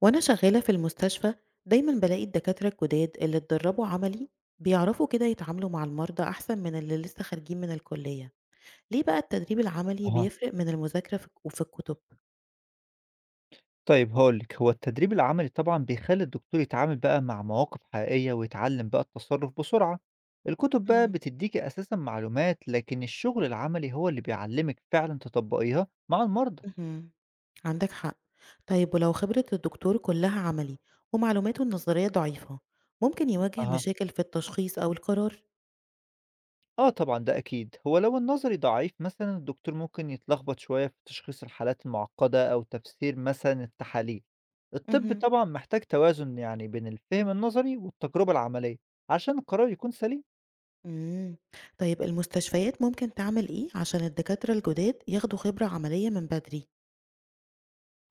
وأنا شغالة في المستشفى، دايما بلاقي الدكاترة الجداد اللي اتدربوا عملي بيعرفوا كده يتعاملوا مع المرضى أحسن من اللي لسه خارجين من الكلية. ليه بقى التدريب العملي أها. بيفرق من المذاكرة في الكتب؟ طيب هاقول لِك، هو التدريب العملي طبعًا بيخلّي الدكتور يتعامل بقى مع مواقف حقيقية ويتعلّم بقى التصرُّف بسرعة. الكُتب بقى مم. بتدّيكِ أساسًا معلومات، لكن الشغل العملي هو اللي بيعلّمِك فعلًا تطبّقيها مع المرضى. مهم. عندك حق. طيب ولو خبرة الدكتور كلها عملي ومعلوماته النظرية ضعيفة، ممكن يواجه أها. مشاكل في التشخيص أو القرار؟ آه طبعًا، ده أكيد. هو لو النظري ضعيف مثلًا، الدكتور ممكن يتلخبط شوية في تشخيص الحالات المعقّدة أو تفسير مثلًا التحاليل. الطِب مهم. طبعًا محتاج توازن يعني بين الفهم النظري والتجربة العملية عشان القرار يكون سليم. مم. طيب المستشفيات ممكن تعمل إيه عشان الدكاترة الجداد ياخدوا خبرة عملية من بدري؟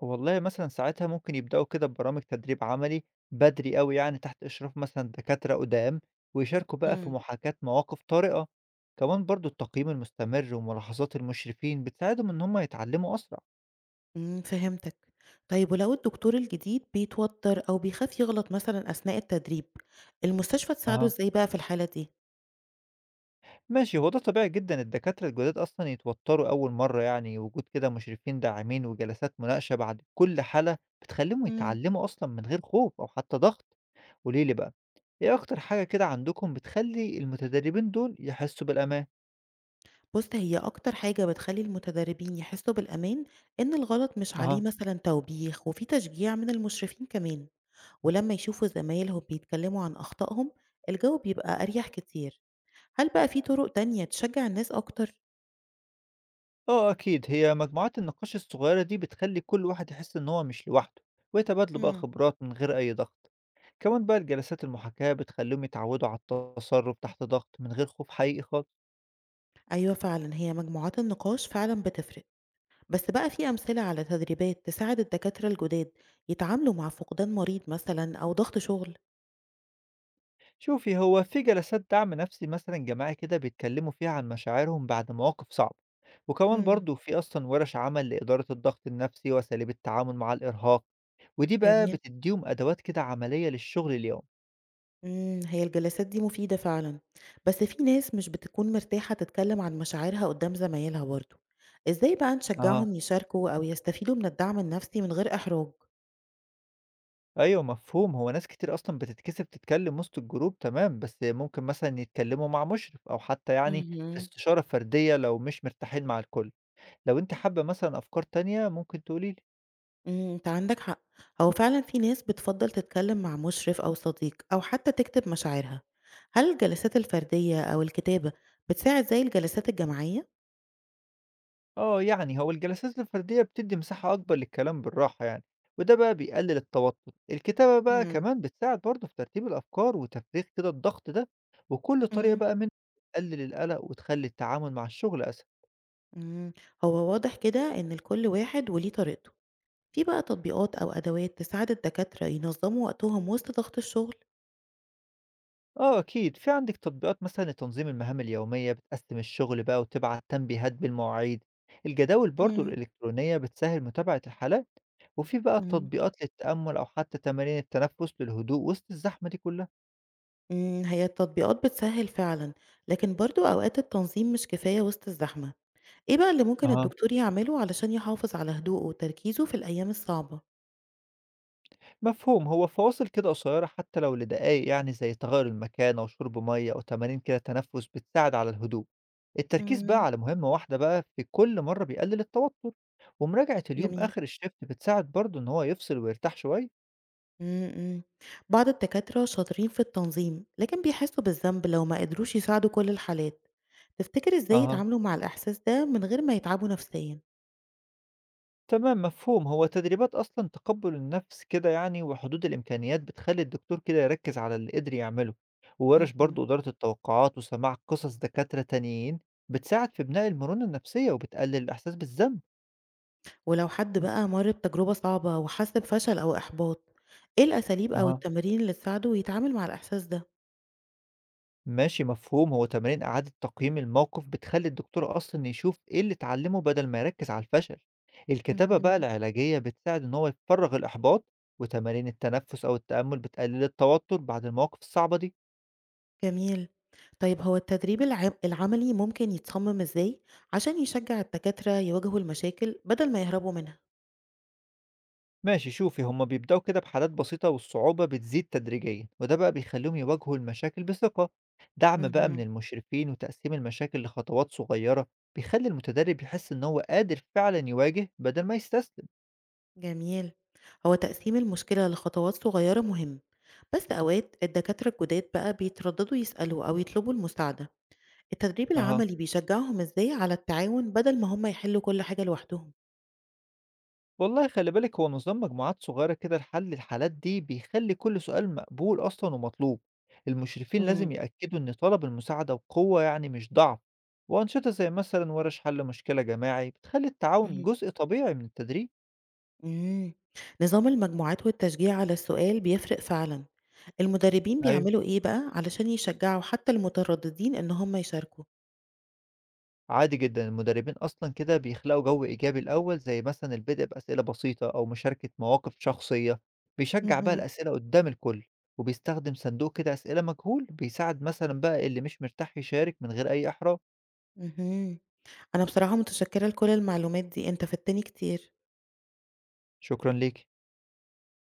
والله مثلًا ساعتها ممكن يبدأوا كده ببرامج تدريب عملي بدري أوي يعني تحت إشراف مثلًا دكاترة قُدام، ويشاركوا بقى في محاكاة مواقف طارئة، كمان برضه التقييم المستمر وملاحظات المشرفين بتساعدهم إن هم يتعلموا أسرع. فهمتك. طيب ولو الدكتور الجديد بيتوتر أو بيخاف يغلط مثلًا أثناء التدريب، المستشفى تساعده أها. إزاي بقى في الحالة دي؟ ماشي، هو ده طبيعي جدًا الدكاترة الجداد أصلًا يتوتروا أول مرة يعني، وجود كده مشرفين داعمين وجلسات مناقشة بعد كل حالة بتخليهم إمم. يتعلموا أصلًا من غير خوف أو حتى ضغط. قولي لي بقى، إيه أكتر حاجة كده عندكم بتخلي المتدربين دول يحسوا بالأمان؟ بُص، هي أكتر حاجة بتخلّي المتدربين يحسّوا بالأمان إن الغلط مش عليه أها. مثلًا توبيخ وفي تشجيع من المشرفين كمان، ولمّا يشوفوا زمايلهم بيتكلموا عن أخطائهم، الجو بيبقى أريح كتير. هل بقى في طرق تانية تشجّع الناس أكتر؟ آه أكيد، هي مجموعات النقاش الصغيرة دي بتخلي كل واحد يحس إن هو مش لوحده، ويتبادلوا بقى إمم. خبرات من غير أي ضغط. كمان بقى الجلسات المحاكاة بتخليهم يتعودوا على التصرف تحت ضغط من غير خوف حقيقي خالص. أيوه فعلًا، هي مجموعات النقاش فعلًا بتفرق. بس بقى في أمثلة على تدريبات تساعد الدكاترة الجداد يتعاملوا مع فقدان مريض مثلا أو ضغط شغل؟ شوفي، هو في جلسات دعم نفسي مثلا جماعي كده بيتكلموا فيها عن مشاعرهم بعد مواقف صعبة، وكمان مم. برضو في أصلا ورش عمل لإدارة الضغط النفسي وأساليب التعامل مع الإرهاق، ودي بقى جميل. بتديهم أدوات كده عملية للشغل اليومي. هي الجلسات دي مفيدة فعلا، بس في ناس مش بتكون مرتاحة تتكلم عن مشاعرها قدام زمايلها برضو. ازاي بقى أها. نشجعهم يشاركوا أو يستفيدوا من الدعم النفسي من غير إحراج؟ أيوه مفهوم، هو ناس كتير أصلًا بتتكسف تتكلم وسط الجروب تمام، بس ممكن مثلًا يتكلموا مع مشرف أو حتى يعني في مهم. استشارة فردية لو مش مرتاحين مع الكل، لو أنتِ حابة مثلًا أفكار تانية ممكن تقولي لي. انت عندك حق. هو فعلا في ناس بتفضل تتكلم مع مشرف أو صديق أو حتى تكتب مشاعرها. هل الجلسات الفردية أو الكتابة بتساعد زي الجلسات الجماعية؟ آه، يعني هو الجلسات الفردية بتدّي مساحة أكبر للكلام بالراحة يعني، وده بقى بيقلل التوتر، الكتابة بقى إمم، كمان بتساعد برضه في ترتيب الأفكار وتفريغ كده الضغط ده، وكل طريقة إمم، بقى منهم بتقلل القلق وتخلّي التعامل مع الشغل أسهل. إمم، هو واضح كده إن لكل واحد وليه طريقته. في بقى تطبيقات أو أدوات تساعد الدكاترة ينظموا وقتهم وسط ضغط الشغل؟ آه أكيد، في عندِك تطبيقات مثلًا لتنظيم المهام اليومية، بتقسّم الشغل بقى وتبعت تنبيهات بالمواعيد، الجداول برضه إمم، الإلكترونية بتسهّل متابعة الحالات، وفي بقى إمم. تطبيقات للتأمل أو حتى تمارين التنفس للهدوء وسط الزحمة دي كلها. إمم، هي التطبيقات بتسهل فعلًا، لكن برضه أوقات التنظيم مش كفاية وسط الزحمة. إيه بقى اللي ممكن أها. الدكتور يعمله علشان يحافظ على هدوءه وتركيزه في الأيام الصعبة؟ مفهوم، هو فواصل كده قصيرة حتى لو لدقايق يعني زي تغيّر المكان أو شرب مَيّة أو تمارين كده تنفس بتساعد على الهدوء. التركيز بقى إمم، على مهمة واحدة بقى في كل مرة بيقلل التوتر، ومراجعة اليوم جميل. آخر الشيفت بتساعد برضه إن هو يفصل ويرتاح شوية. إمم، إمم. بعض الدكاترة شاطرين في التنظيم، لكن بيحسوا بالذنب لو ما قدروش يساعدوا كل الحالات. تفتكر إزاي أها. يتعاملوا مع الإحساس ده من غير ما يتعبوا نفسيًا؟ تمام مفهوم، هو تدريبات أصلا تقبل النفس كده يعني وحدود الإمكانيات بتخلي الدكتور كده يركز على اللي قدر يعمله، وورش اهم. برضو إدارة التوقعات وسماع قصص دكاترة تانيين بتساعد في بناء المرونة النفسية وبتقلل الإحساس بالذنب. ولو حد بقى مَر بتجربة صعبة وحس بفشل أو إحباط، إيه الأساليب أو أها. التمارين اللي تساعده يتعامل مع الإحساس ده؟ ماشي مفهوم، هو تمارين إعادة تقييم الموقف بتخلي الدكتور أصلا يشوف إيه اللي اتعلمه بدل ما يركز على الفشل. الكتابة بقى اهم. العلاجية بتساعد إن هو يفرغ الإحباط، وتمارين التنفس أو التأمل بتقلل التوتر بعد المواقف الصعبة دي. جميل. طيب هو التدريب العملي ممكن يتصمم إزاي عشان يشجع الدكاترة يواجهوا المشاكل بدل ما يهربوا منها؟ ماشي شوفي، هما بيبدأوا كده بحالات بسيطة والصعوبة بتزيد تدريجيا، وده بقى بيخليهم يواجهوا المشاكل بثقة. دعم بقى من اهم. المشرفين وتقسيم المشاكل لخطوات صغيرة بيخلي المتدرب يحس إن هو قادر فعلا يواجه بدل ما يستسلم. جميل. هو تقسيم المشكلة لخطوات صغيرة مهم. بس أوقات الدكاترة الجداد بقى بيترددوا يسألوا أو يطلبوا المساعدة. التدريب أها. العملي بيشجعهم إزاي على التعاون بدل ما هم يحلوا كل حاجة لوحدهم؟ والله خلي بالك، هو نظام مجموعات صغيرة كده لحل الحالات دي بيخلي كل سؤال مقبول أصلا ومطلوب. المشرفين لازم مم. يأكدوا إن طلب المساعدة وقوة يعني مش ضعف، وأنشطة زي مثلا ورش حل مشكلة جماعي بتخلي التعاون مهم. جزء طبيعي من التدريب. مم. نظام المجموعات والتشجيع على السؤال بيفرق فعلا. المدربين أيوة بيعملوا إيه بقى علشان يشجعوا حتى المترددين إن هم يشاركوا؟ عادي جدًا، المدربين أصلًا كده بيخلقوا جو إيجابي الأول، زي مثلًا البدء بأسئلة بسيطة أو مشاركة مواقف شخصية، بيشجّع بقى مهم. الأسئلة قدّام الكل، وبيستخدم صندوق كده أسئلة مجهول، بيساعد مثلًا بقى اللي مش مرتاح يشارك من غير أي إحراج. مهم. أنا بصراحة متشكرة لكل المعلومات دي. أنت فدتني كتير. شكرًا ليكِ.